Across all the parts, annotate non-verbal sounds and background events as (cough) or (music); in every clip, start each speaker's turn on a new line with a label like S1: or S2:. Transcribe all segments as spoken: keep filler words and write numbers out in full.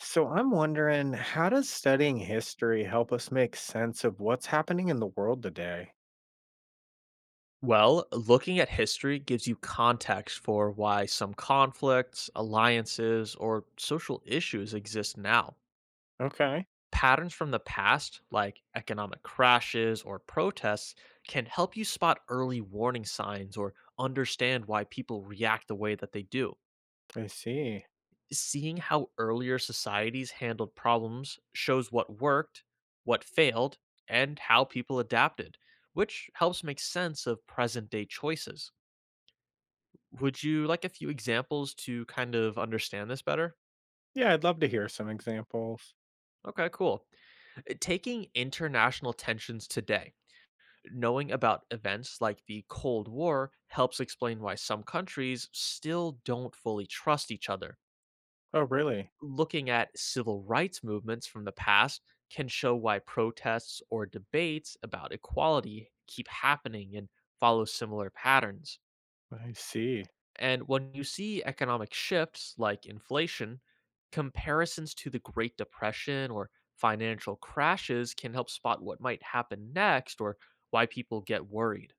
S1: So I'm wondering, how does studying history help us make sense of what's happening in the world today?
S2: Well, looking at history gives you context for why some conflicts, alliances, or social issues exist now.
S1: Okay,
S2: Patterns from the past, like economic crashes or protests, can help you spot early warning signs or understand why people react the way that they do.
S1: I see.
S2: Seeing how earlier societies handled problems shows what worked, what failed, and how people adapted, which helps make sense of present day choices. Would you like a few examples to kind of understand this better?
S1: Yeah, I'd love to hear some examples.
S2: Okay, cool. Uh, Taking international tensions today, knowing about events like the Cold War helps explain why some countries still don't fully trust each other.
S1: Oh, really?
S2: Looking at civil rights movements from the past can show why protests or debates about equality keep happening and follow similar patterns.
S1: I see.
S2: And when you see economic shifts like inflation, comparisons to the Great Depression or financial crashes can help spot what might happen next or why people get worried.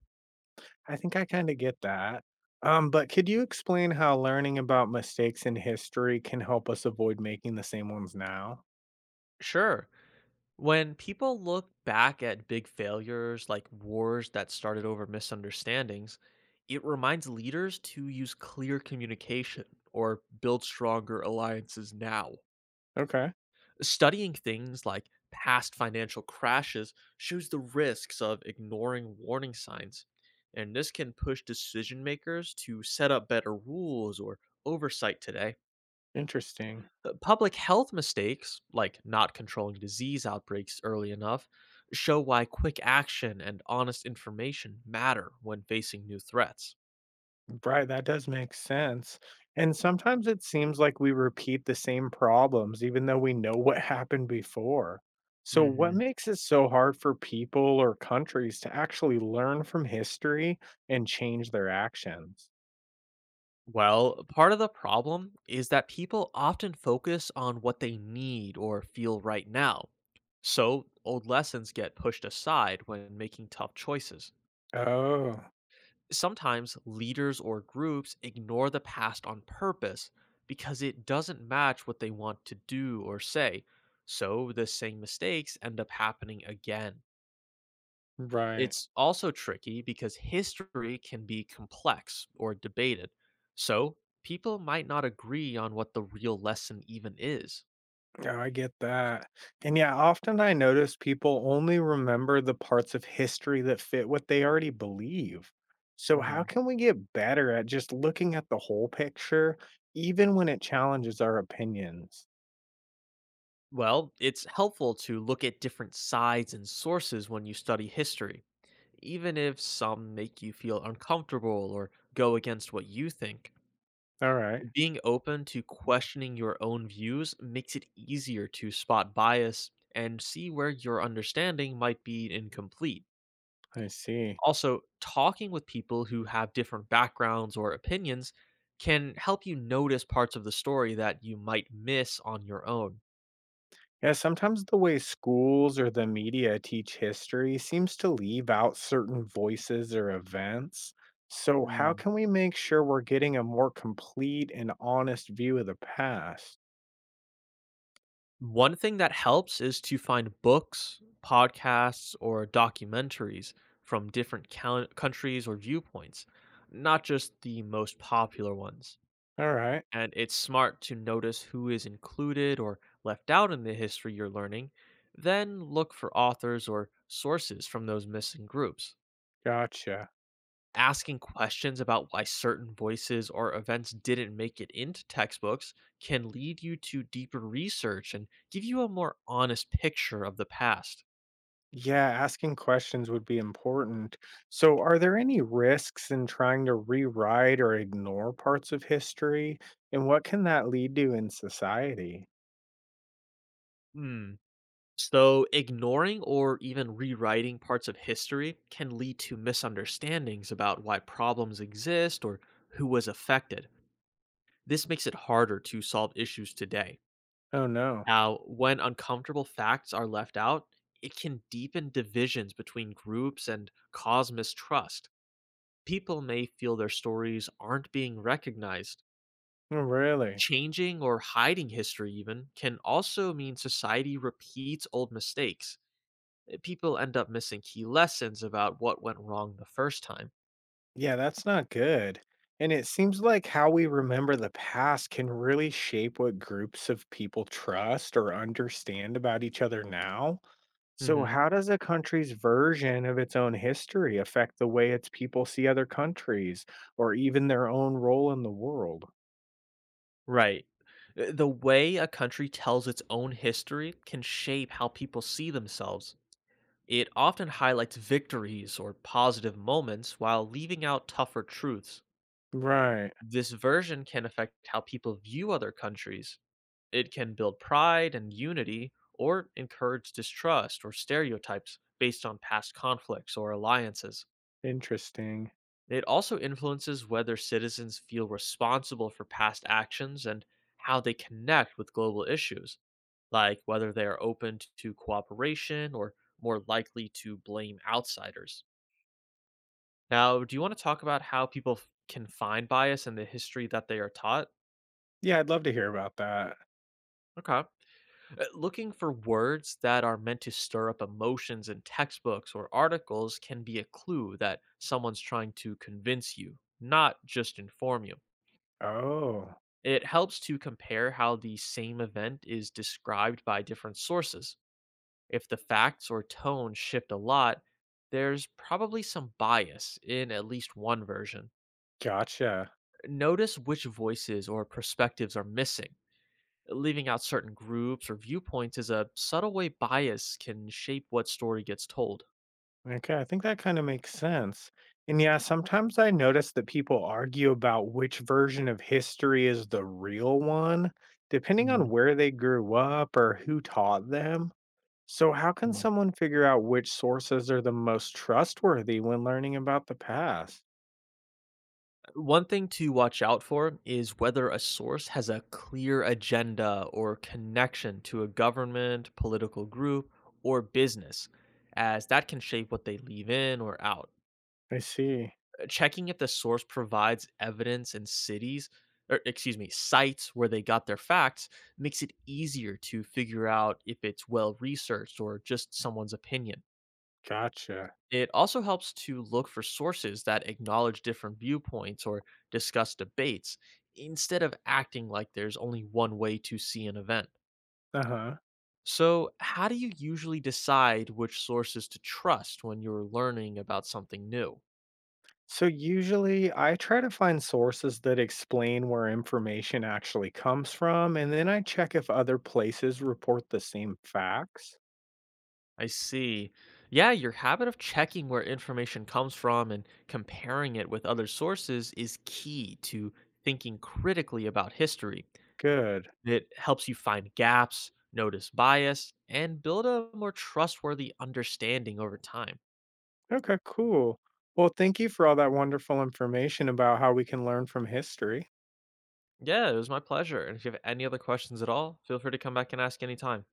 S1: I think I kind of get that. Um, but could you explain how learning about mistakes in history can help us avoid making the same ones now?
S2: Sure, when people look back at big failures like wars that started over misunderstandings, it reminds leaders to use clear communication or build stronger alliances now.
S1: Okay,
S2: Studying things like past financial crashes shows the risks of ignoring warning signs, and this can push decision makers to set up better rules or oversight today.
S1: interesting.
S2: Uh, Public health mistakes, like not controlling disease outbreaks early enough, show why quick action and honest information matter when facing new threats.
S1: Right, that does make sense. And sometimes it seems like we repeat the same problems, even though we know what (laughs) happened before. So, what
S2: Mhm.
S1: makes it so hard for people or countries to actually learn from history and change their actions?
S2: Well, part of the problem is that people often focus on what they need or feel right now. So, old lessons get pushed aside when making tough choices.
S1: Oh,
S2: Sometimes leaders or groups ignore the past on purpose because it doesn't match what they want to do or say. So, the same mistakes end up happening again.
S1: right.
S2: It's also tricky because history can be complex or debated. So, people might not agree on what the real lesson even is.
S1: Yeah, I get that. And yeah, often I notice people only remember the parts of history that fit what they already believe. So, how
S2: Hmm.
S1: can we get better at just looking at the whole picture, even when it challenges our opinions?
S2: Well, it's helpful to look at different sides and sources when you study history, even if some make you feel uncomfortable or go against what you think.
S1: All right,
S2: Being open to questioning your own views makes it easier to spot bias and see where your understanding might be incomplete.
S1: I see.
S2: Also, talking with people who have different backgrounds or opinions can help you notice parts of the story that you might miss on your own.
S1: Yeah, sometimes the way schools or the media teach history seems to leave out certain voices or events. So, how
S2: Mm.
S1: can we make sure we're getting a more complete and honest view of the past?
S2: One thing that helps is to find books, podcasts, or documentaries from different coun countries or viewpoints, not just the most popular ones.
S1: All right.
S2: And it's smart to notice who is included or left out in the history you're learning, then look for authors or sources from those missing groups.
S1: Gotcha.
S2: Asking questions about why certain voices or events didn't make it into textbooks can lead you to deeper research and give you a more honest picture of the past.
S1: Yeah, asking questions would be important. So, are there any risks in trying to rewrite or ignore parts of history? And what can that lead to in society?
S2: Hmm. So, ignoring or even rewriting parts of history can lead to misunderstandings about why problems exist or who was affected. This makes it harder to solve issues today.
S1: Oh, no.
S2: Now, when uncomfortable facts are left out, it can deepen divisions between groups and cause mistrust. People may feel their stories aren't being recognized.
S1: Oh, really?
S2: Changing or hiding history, even, can also mean society repeats old mistakes. Uh, People end up missing key lessons about what went wrong the first time.
S1: Yeah, that's not good. And it seems like how we remember the past can really shape what groups of people trust or understand about each other now. So,
S2: Hmm.
S1: how does a country's version of its own history affect the way its people see other countries or even their own role in the world?
S2: Right. Uh, The way a country tells its own history can shape how people see themselves. It often highlights victories or positive moments while leaving out tougher truths.
S1: Right.
S2: This version can affect how people view other countries. It can build pride and unity, or encourage distrust or stereotypes based on past conflicts or alliances.
S1: Interesting.
S2: It also influences whether citizens feel responsible for past actions and how they connect with global issues, like whether they are open t- to cooperation or more likely to blame outsiders. Now, do you want to talk about how people f- can find bias in the history that they are taught?
S1: Yeah, I'd love to hear about that.
S2: Okay. Uh, Looking for words that are meant to stir up emotions in textbooks or articles can be a clue that someone's trying to convince you, not just inform you.
S1: Oh,
S2: It helps to compare how the same event is described by different sources. If the facts or tone shift a lot, there's probably some bias in at least one version.
S1: gotcha.
S2: Notice which voices or perspectives are missing. Leaving out certain groups or viewpoints is a subtle way bias can shape what story gets told.
S1: Okay, I think that kind of makes sense. And yeah, sometimes I notice that people argue about which version of history is the real one, depending on
S2: Mhm.
S1: where they grew up or who taught them. So, how can someone figure out which sources are the most trustworthy when learning about the past?
S2: One thing to watch out for is whether a source has a clear agenda or connection to a government, political group, or business, as that can shape what they leave in or out.
S1: I see.
S2: Checking if the source provides evidence and cities, or excuse me, sites where they got their facts makes it easier to figure out if it's well researched or just someone's opinion.
S1: Gotcha.
S2: It also helps to look for sources that acknowledge different viewpoints or discuss debates instead of acting like there's only one way to see an event.
S1: Uh huh.
S2: So, how do you usually decide which sources to trust when you're learning about something new?
S1: So, usually I try to find sources that explain where information actually comes from, and then I check if other places report the same facts.
S2: I see. Yeah, your habit of checking where information comes from and comparing it with other sources is key to thinking critically about history.
S1: Good.
S2: It helps you find gaps, notice bias, and build a more trustworthy understanding over time.
S1: Okay, cool. Well, thank you for all that wonderful information about how we can learn from history.
S2: Yeah, it was my pleasure. And if you have any other questions at all, feel free to come back and ask anytime.